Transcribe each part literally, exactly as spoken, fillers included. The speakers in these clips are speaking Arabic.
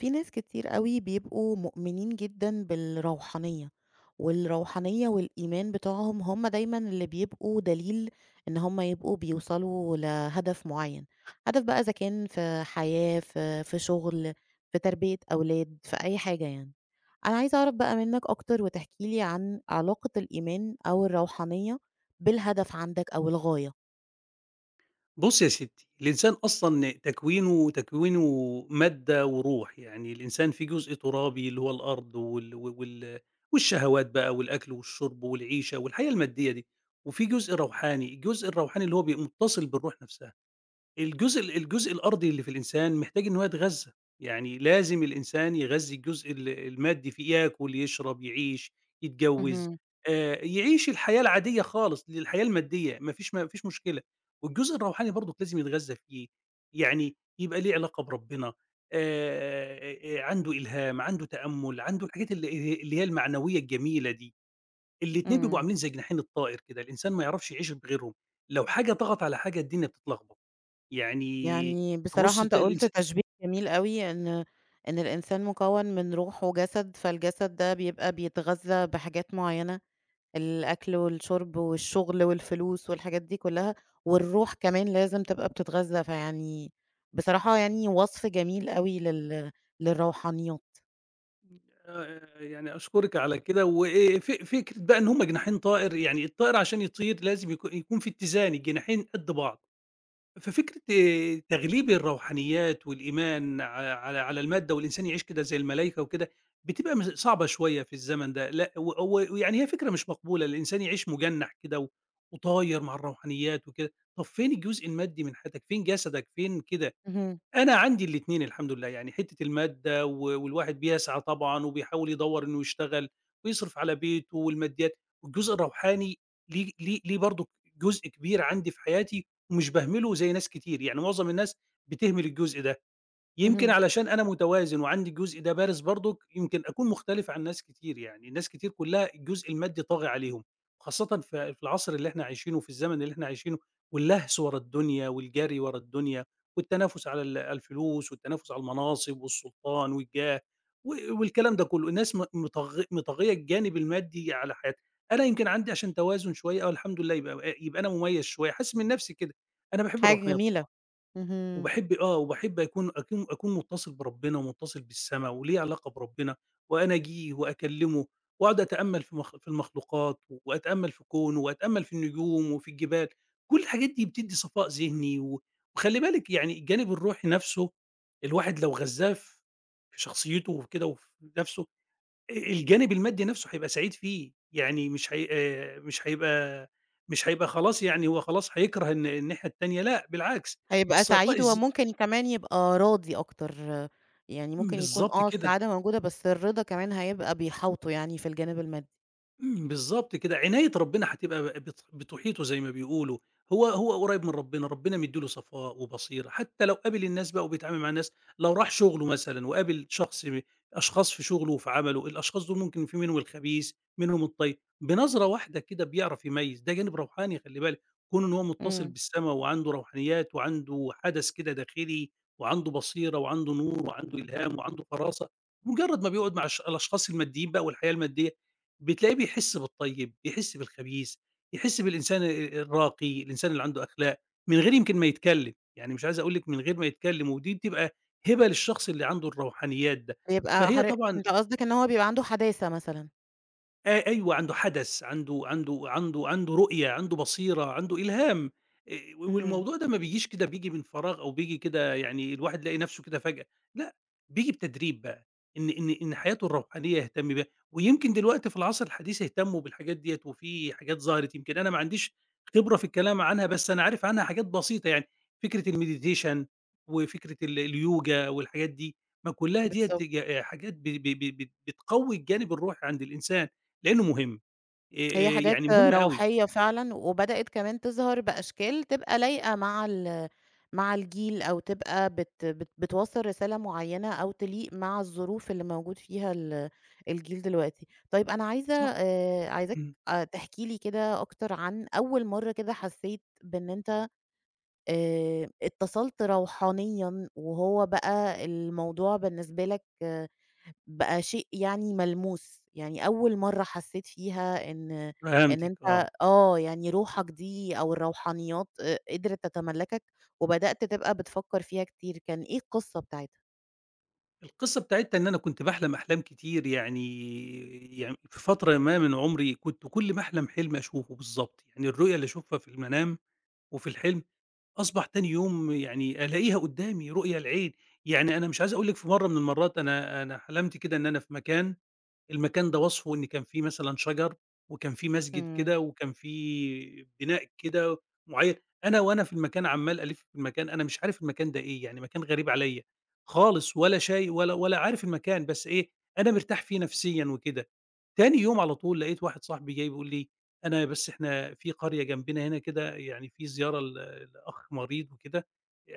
في ناس كتير أوي بيبقوا مؤمنين جدًا بالروحانية، والروحانية والإيمان بتوعهم هم دايمًا اللي بيبقوا دليل إن هم يبقوا بيوصلوا لهدف معيّن، هدف بقى إذا كان في حياة، في في شغل، في تربية أولاد، في أي حاجة يعني. أنا عايزة أعرف بقى منّك أكتر وتحكي لي عن علاقة الإيمان أو الروحانية بالهدف عندك أو الغاية. بُصّي يا ستّي، الإنسان أصلًا تكوينه تكوينه مادة وروح، يعني الإنسان في جزء ترابي اللي هو الأرض وال وال والشهوات بقى والأكل والشرب والعيشة والحياة المادية دي، وفي جزء روحاني، الجزء الروحاني اللي هو بي متصل بالروح نفسها. الجزء ال الجزء الأرضي اللي في الإنسان محتاج إن هو يتغذّى، يعني لازم الإنسان يغذّي الجزء ال المادي فيه، ياكل، يشرب، يعيش، يتجوّز، اهم. آآ يعيش الحياة العادية خالص، الحياة المادية ما فيش ما فيش مشكلة، والجزء الروحاني برضُك لازم يتغذّى فيه، يعني يبقى ليه علاقة بربنا، آآ عنده إلهام، عنده تأمُّل، عنده الحاجات اللي ه اللي هي المعنوية الجميلة دي، الاتنين بيبقوا إمم. عاملين زي جناحين الطائر كده، الإنسان ما يعرفش يعيش بغيرهم، لو حاجة ضغط على حاجة الدنيا بتتلخبط. يعني يعني تبُص بصراحة أنت تلاقي قُلت الإنس تشبيه جميل أوي إن إن الإنسان مكوّن من روح وجسد، فالجسد ده بيبقى بيتغذّى بحاجات معيّنة، الأكل والشرب والشغل والفلوس والحاجات دي كلّها، والروح كمان لازم تبقى بتتغذّى، فيعني بصراحة يعني وصف جميل أوي لل للروحانيات. آآ يعني أشكرِك على كده، وآآ ف فكرة بقى إن هم جناحين طائر، يعني الطائر عشان يطير لازم يكو يكون في اتزان، الجناحين قد بعض. ففكرة آآ تغليب الروحانيات والإيمان ع على على المادة والإنسان يعيش كده زي الملايكة وكده، بتبقى مس صعبة شوية في الزمن ده، لأ و و ويعني هي فكرة مش مقبولة، الإنسان يعيش مُجنّح كده و وطاير مع الروحانيات وكده، طَب فين الجزء المادي من حياتك، فين جسدك، فين كده؟ اهم، أنا عندي الاتنين الحمد لله، يعني حتّة المادة و والواحد بيسعى طبعًا وبيحاول يدوّر إنه يشتغل ويصرف على بيته والماديات، والجزء الروحاني ليه ليه ليه برضه جزء كبير عندي في حياتي ومش باهمله زي ناس كتير، يعني معظم الناس بتهمل الجزء ده. يمكن اهم، علشان أنا متوازن وعندي الجزء ده بارز برضُك، يمكن أكون مختلف عن ناس كتير يعني، ناس كتير كلّها الجزء المادي طاغي عليهم، خاصةً في في العصر اللي إحنا عايشينه وفي الزمن اللي إحنا عايشينه، واللهس ورا الدنيا والجري ورا الدنيا، والتنافس على ال الفلوس والتنافس على المناصب والسلطان والجاه، و والكلام ده كلّه، الناس م مطغ مطغية الجانب المادي على حياتها، أنا يمكن عندي عشان توازن شوية آه الحمد لله يبقى يبقى أنا مميز شوية، حاسس من نفسي كده، أنا باحب حاجة الروحانيات جميلة. طبعًا. اهم. وباحب آه، وباحب أكون أكون أكون مُتّصل بربنا ومُتّصل بالسما وليّا علاقة بربنا، وأناجيه وأكلمه وأقعد أتأمّل في مخ في المخلوقات وأتأمّل في كونه وأتأمّل في النجوم وفي الجبال، كل الحاجات دي بتدّي صفاء ذهني، و وخلّي بالِك يعني الجانب الروحي نَفْسه الواحد لو غذّاه ف في شخصيته وكده وفي نَفْسه، آآ الجانب المادي نَفْسه هيبقى سعيد فيه، يعني مش هي آآ مش هيبقى مش هيبقى خلاص يعني هو خلاص هيكره الن الناحية التانية لأ، بالعكس هيبقى الصفاء سعيد الذ وممكن كمان يبقى راضي أكتر، يعني ممكن يكون بالضبط آه كده، السعادة موجودة بس الرضا كمان هيبقى بيحاوطه يعني في الجانب المادي. إمم، بالضبط كده، عناية ربنا هتبقى ب بت بتحيطه زي ما بيقولوا، هو هو قريب من ربنا، ربنا مدّي له صفاء وبصيرة، حتى لو قابل الناس بقى وبيتعامل مع الناس، لو راح شغله مثلًا وقابل شخص م أشخاص في شغله وفي عمله، الأشخاص دول ممكن في منهم الخبيث، منهم الطيب، بنظرة واحدة كده بيعرف يميّز، ده جانب روحاني خلّي بالِك، كون إن هو متصل إمم. بالسما وعنده روحانيات وعنده حدث كده داخلي وعنده بصيرة وعنده نور وعنده إلهام وعنده فراسة، مجرّد ما بيقعد مع الش الأشخاص الماديين بقى والحياة المادية، بتلاقيه بيحس بالطيب، يحس بالخبيث، يحس بالإنسان ال الراقي، الإنسان اللي عنده أخلاق، من غير يمكن ما يتكلم، يعني مش عايز أقول لِك من غير ما يتكلم، ودي بتبقى هبة للشخص اللي عنده الروحانيات ده، بيبقى فهي حر طبعًا أنت قصدك إن هو بيبقى عنده حداثة مثلًا؟ آه، أيوه، عنده حدَس، عنده عنده عنده عنده رؤية، عنده بصيرة، عنده إلهام، آآ، اهم. والموضوع ده ما بيجيش كده بييجي من فراغ أو بييجي كده يعني الواحد يلاقي نَفْسه كده فجأة، لأ، بييجي بتدريب بقى، إن إن إن حياته الروحانية يهتم بيها، ويمكن دلوقتي في العصر الحديث يهتموا بالحاجات ديّة، وفي حاجات ظهرت يمكن أنا ما عنديش خبرة في الكلام عنها، بس أنا عارف عنها حاجات بسيطة يعني، فكرة الmeditation وفكرة ال اليوجا والحاجات دي، ما كُلّها ديّة بالضبط. ج حاجات ب ب ب بت بتقوّي الجانب الروحي عند الإنسان. لإنه مهم، هي آآ حاجات يعني مهم أوي، روحية فعلًا، وبدأت كمان تظهر بأشكال تبقى لايقة مع ال مع الجيل، أو تبقى بت بت بتوصّل رسالة معيّنة، أو تليق مع الظروف اللي موجود فيها ال الجيل دلوقتي. طيب أنا عايزة صح، آآ، عايزاك إمم، آآ، تحكي لي كده أكتر عن أول مرّة كده حسّيت بإن أنت آآ، اتصلت روحانيًا، وهو بقى الموضوع بالنسبة لك بقى شيء يعني ملموس، يعني أول مرّة حسّيت فيها إن إن فهمتِك أنت آه، آه، يعني روحك دي أو الروحانيات آآ قدرت تتملّكك، وبدأت تبقى بتفكّر فيها كتير، كان إيه القصّة بتاعتها؟ القصة بتاعتنا إن أنا كنت باحلم أحلام كتير يعني يعني في فترة ما من عمري كنت كل ما أحلم حلم أشوفه بالضبط، يعني الرؤية اللي أشوفها في المنام وفي الحلم أصبح تاني يوم يعني ألاقيها قدّامي رؤية العين، يعني أنا مش عايز أقول لِك في مرة من المرات أنا أنا حلمت كده إن أنا في مكان المكان ده وصفه إن كان فيه مثلًا شجر، وكان فيه مسجد إمم، كده، وكان فيه بناء كده معيّن، أنا وأنا في المكان عمّال ألِف في المكان، أنا مش عارف المكان ده إيه، يعني مكان غريب عليّا خالص ولا شاي ولا ولا عارف المكان، بس إيه، أنا مرتاح فيه نفسيًا وكده. تاني يوم على طول لقيت واحد صاحبي جاي بيقول لي: "أنا بس إحنا في قرية جنبنا هنا كده يعني في زيارة ل لأخ مريض وكده،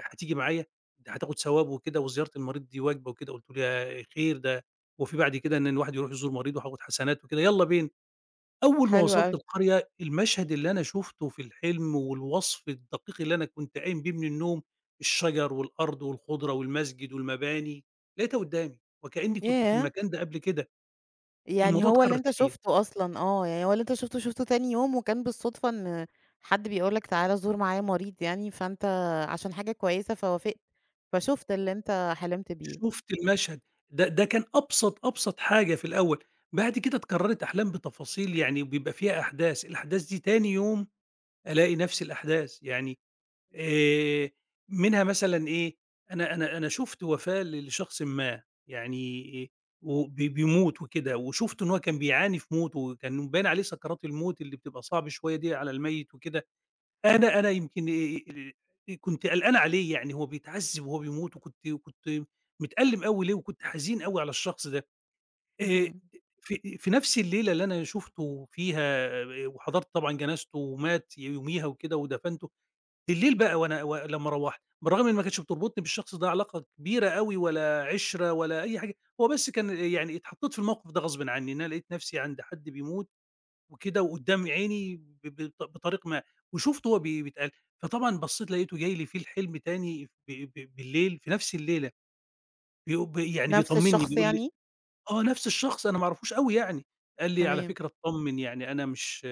هتيجي معايا؟ ده هتاخد ثواب وكده وزيارة المريض دي واجبة وكده." قُلت له: "يا خير ده" وفي بعد كده إن الواحد يروح يزور مريضه وهاخد حسنات وكده، يالّا بينا. أول ما حلو وصلت أوي. القرية المشهد اللي أنا شُفته في الحلم والوصف الدقيق اللي أنا كنت قايم بيه من النوم، الشجر والأرض والخضرة والمسجد والمباني، لقيتها قدّامي وكإني كنت في ياه! المكان ده قبل كده، يعني الموضوع هو اللي اتكرر أنت كتير. شُفته أصلًا آه، يعني هو اللي أنت شُفته، شُفته تاني يوم وكان بالصدفة إن حد بيقول لك تعالَ زور معايا مريض يعني، فأنت عشان حاجة كويسة فوافقت، فشُفت اللي أنت حلمت بيه. شُفت المشهد ده ده كان أبسط، أبسط حاجة في الأول، بعد كده اتكررت أحلام بتفاصيل يعني بيبقى فيها أحداث، الأحداث دي تاني يوم ألاقي نفس الأحداث، يعني آآ منها مثلًا إيه، أنا أنا أنا شُفت وفاة ل لشخص ما، يعني وب بيموت وكده، وشُفت إن هو كان بيعاني في موته، وكان باين عليه سكرات الموت اللي بتبقى صعبة شوية دي على الميت وكده، أنا أنا يمكن آآ آآ كنت قلقان عليه يعني هو بيتعذّب وهو بيموت، وكنت وكنت متألّم أوي ليه، وكنت حزين أوي على الشخص ده. آآ اهم. في في نفس الليلة اللي أنا شُفته فيها إيه، وحضرت طبعًا جنازته ومات يوميها وكده ودفنته، بالليل بقى وأنا و لمّا روّحت، بالرغم إن ما كانتش بتربطني بالشخص ده علاقة كبيرة أوي ولا عِشرة ولا أي حاجة، هو بس كان يعني اتحطّيت في الموقف ده غصبٍ عنّي، إن أنا لقيت نَفْسي عند حد بيموت وكده وقُدّام عيني ب بط بطريق ما، وشُفته هو بي بيتقل فطبعًا بصّيت لقيته جاي لي في الحلم تاني ب ب بالليل في نَفْس الليلة، بيق ب يعني نفْس بيطمّني الشخص بيقول لي يعني؟ آه، نَفْس الشخص أنا ما أعرفوش أوي يعني، قال لي: "على تمام. فكرة اتطمّن يعني أنا مش"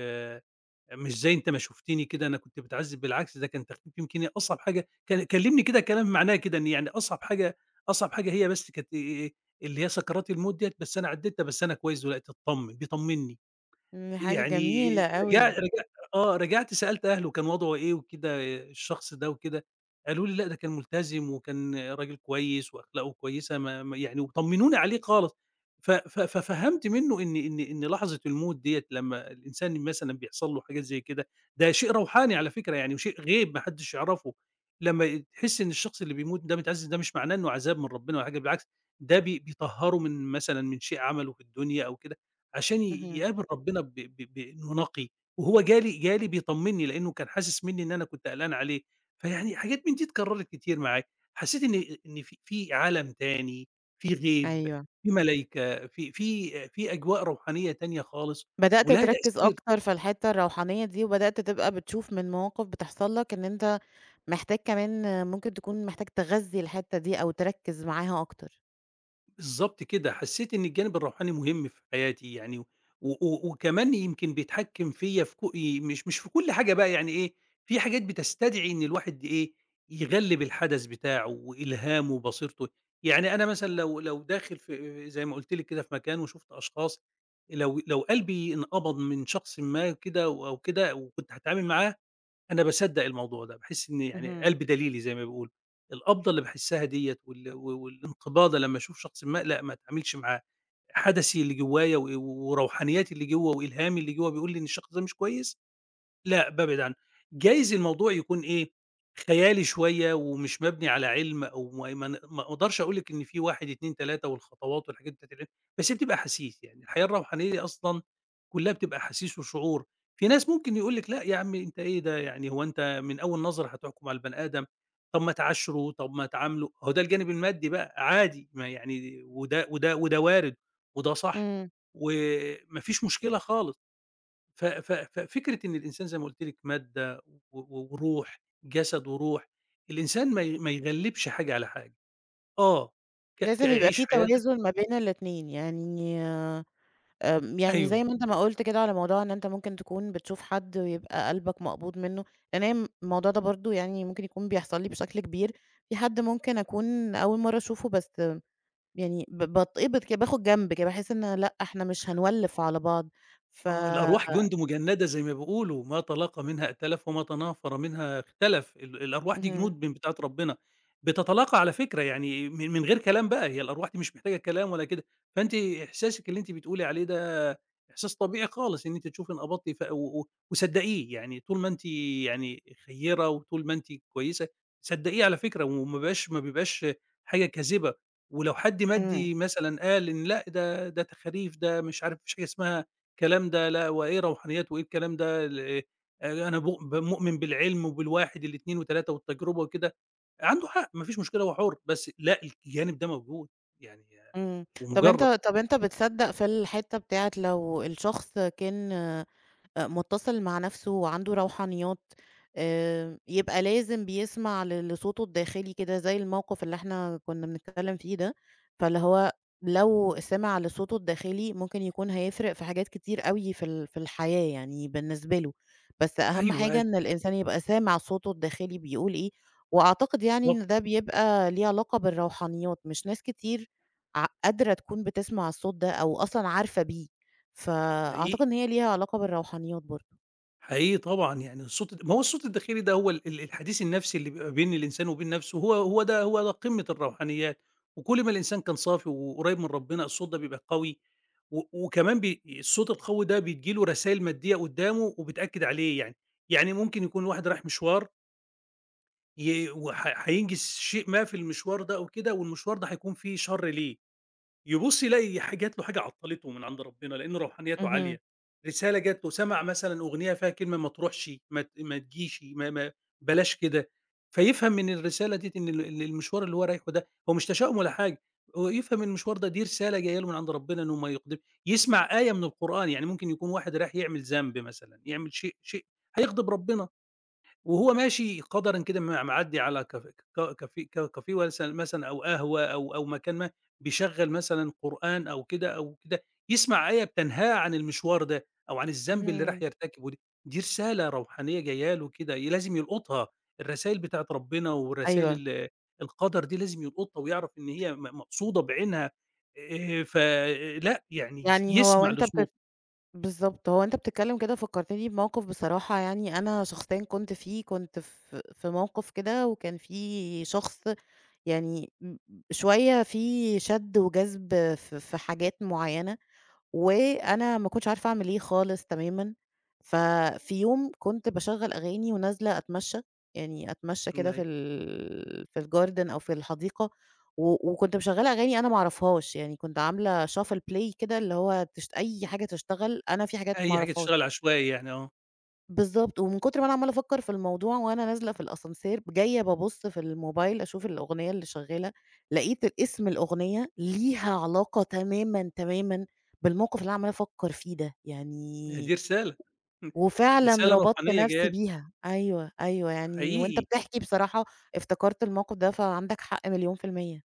مش زي أنت ما شُفتني كده، أنا كنت باتعذّب، بالعكس ده كان تخفيف يمكن هي أصعب حاجة كل كلّمني كده كلام معناه كده إن يعني أصعب حاجة أصعب حاجة هي بس كانت آآ اللي هي سكرات الموت ديّة، بس أنا عدّيتها، بس أنا كويس دلوقتي، اتطمّن، بيطمّني. إمم، حاجة يعني جميلة رجع أوي. رجع آه، رجعت سألت أهله كان وضعه إيه وكده الشخص ده وكده، قالوا لي: "لأ ده كان ملتزم وكان راجل كويس وأخلاقه كويسة ما ما" يعني وطمنوني عليه خالص، ف ف ففهمت منه إن إن إن لحظة الموت ديّة لمّا الإنسان مثلًا بيحصل له حاجات زي كده، ده شيء روحاني على فكرة يعني وشيء غيب ما حدش يعرفه، لمّا تحس إن الشخص اللي بيموت ده متعذب ده مش معناه إنه عذاب من ربنا ولا حاجة بالعكس، ده بي بيطهّره من مثلًا من شيء عمله في الدنيا أو كده. عشان ي اهم، يقابل ربنا ب ب بإنه نقي، وهو جالي جالي بيطمنّي لإنه كان حاسس منّي إن أنا كنت قلقان عليه، فيعني حاجات من دي اتكرّرت كتير معايا، حسّيت إن إن في في عالم تاني، في غيب، أيوه. في ملايكة، في في في أجواء روحانية تانية خالص بدأت ولها تركّز تأثير. أكتر في الحتّة الروحانية دي، وبدأت تبقى بتشوف من مواقف بتحصل لك إن أنت محتاج كمان ممكن تكون محتاج تغذّي الحتّة دي أو تركّز معاها أكتر. بالضبط كده، حسّيت إن الجانب الروحاني مهم في حياتي يعني، و و وكمان يمكن بيتحكّم فيّا في ك ي مش مش في كل حاجة بقى يعني إيه، في حاجات بتستدعي إن الواحد إيه، يغلِّب الحدث بتاعه وإلهامه وبصيرته، يعني أنا مثلًا لو لو داخل في زي ما قُلت لِك كده في مكان وشُفت أشخاص لو لو قلبي انقبض من شخص ما كده أو أو كده وكنت هاتعامل معاه، أنا باصدّق الموضوع ده، باحس إن يعني اهم. قلبي دليلي زي ما بيقولوا، القبضة اللي باحسّها ديّة وال و والانقباضة لمّا أشوف شخص ما، لأ ما اتعاملش معاه، حدسي اللي جوايا و وروحانياتي اللي جوّه وإلهامي اللي جوّه بيقول لي إن الشخص ده مش كويس، لأ، بابعد عنه. جايز الموضوع يكون إيه، خيالي شوية ومش مبني على علم أو ما ما ن ما أقدرش أقول لِك إن في واحد، اتنين، تلاتة والخطوات والحاجات بتاعة العلم، بس هي بتبقى أحاسيس. يعني الحياة الروحانية دي أصلًا كلّها بتبقى أحاسيس وشعور. في ناس ممكن يقول لِك لأ يا عم أنت إيه ده، يعني هو أنت من أول نظرة هتحكم على البني آدم، طب ما تعاشره، طب ما تعامله. أهو ده الجانب المادي بقى عادي، ما يعني وده وده وده وارد وده صح إمم. وما فيش مشكلة خالص. ف ف ففكرة إن الإنسان زي ما قُلت لِك مادة و و وروح، جسد وروح، الإنسان ما ي ما يغلِّبش حاجة على حاجة، آه، ك ك لازم يبقى عيش في حياتك توازن ما بين الاتنين، يعني آمم، يعني أيوه. زي ما أنت ما قُلت كده على موضوع إن أنت ممكن تكون بتشوف حد ويبقى قلبك مقبوض منّه، لإن هي م الموضوع ده برضه يعني ممكن يكون بيحصل لي بشكل كبير، في حد ممكن أكون أول مرّة أشوفه بس يعني ب باتقبض كده، باخد جنب كده، باحس إن لأ، إحنا مش هنولِّف على بعض، ف آه، الأرواح جند مجندة زي ما بيقولوا، ما طلَق منها ائتلف وما تنافر منها اختلف، ال الأرواح دي اهم. جنود من بتاعة ربنا، بتتلاقى على فكرة يعني من من غير كلام بقى، هي الأرواح دي مش محتاجة كلام ولا كده، فأنتِ إحساسِك اللي أنتِ بتقولي عليه ده إحساس طبيعي خالص إن أنتِ تشوفي انقباضتِ ف و و وصدّقيه، يعني طول ما أنتِ يعني خيّرة وطول ما أنتِ كويسة، صدّقيه على فكرة وما بيبقاش ما بيبقاش حاجة كاذبة، ولو حد إمم. مادّي مثلًا قال إن لأ ده ده تخاريف، ده مش عارف ما فيش حاجة اسمها الكلام ده لأ، وإيه روحانيات وإيه الكلام ده ال آآ، أنا بؤ مؤمن بالعلم وبالواحد الاتنين وتلاتة والتجربة وكده، عنده حق ما فيش مشكلة هو حُر، بس لأ الجانب ده موجود، يعني إمم. طَب أنت ومُجرّب. طَب أنت بتصدّق في الحتّة بتاعة لو الشخص كان آآ مُتّصل مع نَفْسه وعنده روحانيات، آآ يبقى لازم بيسمع ل لصوته الداخلي كده زي الموقِف اللي إحنا كُنّا بنتكلّم فيه ده، فاللي هو لو سمع لصوته الداخلي ممكن يكون هيفرق في حاجات كتير أوي في ال في الحياة يعني بالنسبة له، بس أيوه، أهَم حاجة أيوه، إن الإنسان يبقى سامع صوته الداخلي بيقول إيه، وأعتقد يعني بالضبط، إن ده بيبقى ليه علاقة بالروحانيات، مش ناس كتير ع قادرة تكون بتسمع الصوت ده أو أصلًا عارفة بيه. فأعتقد حقيقي. إن هي ليها علاقة بالروحانيات برضه. حقيقي طبعًا، يعني الصوت الد ما هو الصوت الداخلي ده هو ال ال الحديث النفسي اللي بيبقى بين الإنسان وبين نفسه، هو هو ده هو ده قمة الروحانيات، وكل ما الإنسان كان صافي وقريب من ربنا الصوت ده بيبقى قوي، و وكمان بي الصوت القوي ده بتيجي له رسايل مادية قدّامه وبتأكد عليه يعني، يعني ممكن يكون واحد رايح مشوار ي وح هينجز شيء ما في المشوار ده أو كده والمشوار ده هيكون فيه شر ليه. يبُص يلاقي ح جات له حاجة عطّلته من عند ربنا، لإن روحانيته اهم، عالية، رسالة جات له، سمع مثلًا أغنية فيها كلمة ما تروحش، ما ت ما تجيش، ما ما بلاش كده، فيفهم من الرسالة ديّة إن ال ال المشوار اللي هو رايحه ده هو مش تشاؤم ولا حاجة، هو يفهم إن المشوار ده دي رسالة جاية له من عند ربنا إنه ما يقد يسمع آية من القرآن، يعني ممكن يكون واحد رايح يعمل ذنب مثلًا، يعمل شيء شيء هيغضب ربنا. وهو ماشي قدرًا كده م معدّي على كاف ك كافي ك كافيه ولس مثلًا أو قهوة أو أو مكان ما، بيشغّل مثلًا قرآن أو كده أو كده، يسمع آية بتنهاه عن المشوار ده أو عن الذنب اللي راح اهم. يرتكبه ده، دي رسالة روحانية جاية له كده ي لازم يلقطها، الرسايل بتاعة ربنا أيوه، والرسايل ال القدر دي لازم يلقطها ويعرف إن هي م مقصودة بعينها آآ، فلأ يعني يس يعني هو يسمع وأنت لصوت بت بالضبط، هو وأنت بتتكلم كده فكّرتني بموقف بصراحة يعني أنا شخصيًا كنت فيه، كنت في في موقف كده وكان في شخص يعني م شوية في شَد وجذب في في حاجات معيّنة. وأنا ما كنتش عارفة أعمل إيه خالص تمامًا، ففي يوم كنت باشغّل أغاني ونازلة أتمشّى، يعني أتمشّى كده في أيوه، ال في الgarden أو في الحديقة و وكنت مشغّلة أغاني أنا ما أعرفهاش، يعني كنت عاملة shuffle play كده اللي هو تش أي حاجة تشتغل، أنا في حاجات ما أي حاجة أعرفهاش. تشتغل عشوائي يعني آه. بالضبط، ومن كتر ما أنا عمّالة أفكّر في الموضوع وأنا نازلة في الascenseur جاية بابُص في الموبايل أشوف الأغنية اللي شغّالة، لقيت ال اسم الأغنية ليها علاقة تمامًا، تمامًا بالموقف اللي أنا عمّالة أفكّر فيه ده، هي يعني دي رسالة، وفعلًا رسالة ربطت روحانية جاية نَفْسي لي، بيها، أيوه، أيوه، يعني وأنت حقيقي. بتحكي بصراحة افتكرت الموقف ده، فعندك حق مليون في المِيّة.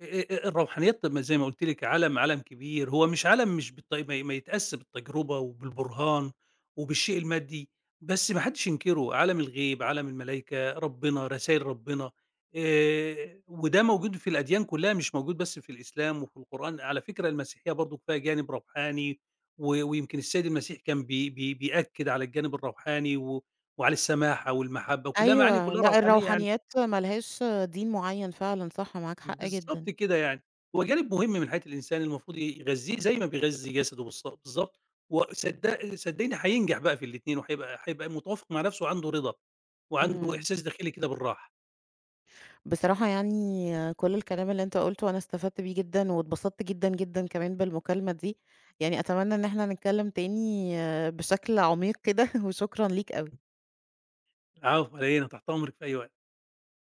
آآ، الروحانيات طب ما زي ما قُلت لِك عالم عالم كبير، هو مش عالم مش بالط ما ما يتقاس بالتجربة وبالبرهان وبالشيء المادي، بس ما حدش ينكره، عالم الغيب، عالم الملايكة، ربنا، رسايل ربنا، آآ، وده موجود في الأديان كلها مش موجود بس في الإسلام وفي القرآن، على فكرة المسيحية برضه فيها جانب روحاني و ويمكن السيد المسيح كان بي بي بيأكد على الجانب الروحاني و وعلى السماحة والمحبة، كلها معاني أيوه، كلها لأ روحانية يعني. الروحانيات ما لهاش دين معيّن فعلًا صح، معاك حق بالضبط جدًا. كده يعني، هو جانب مهم من حياة الإنسان المفروض يغذّيه زي ما بيغذّي جسده بالص بالضبط، وصدق صدّقني هينجح بقى في الاتنين وهيبقى هيبقى متوافق مع نفسه وعنده رضا، وعنده اهم. إحساس داخلي كده بالراحة، بصراحة يعني آه، كل الكلام اللي انت قلته انا استفدت بيه جدا واتبسطت جدا جدا كمان بالمكالمة دي يعني اتمنى ان احنا نتكلم تاني آه، بشكل عميق كده وشكرا ليك قوي العفو على إيه أنا تحت أمرِك في أي وقت.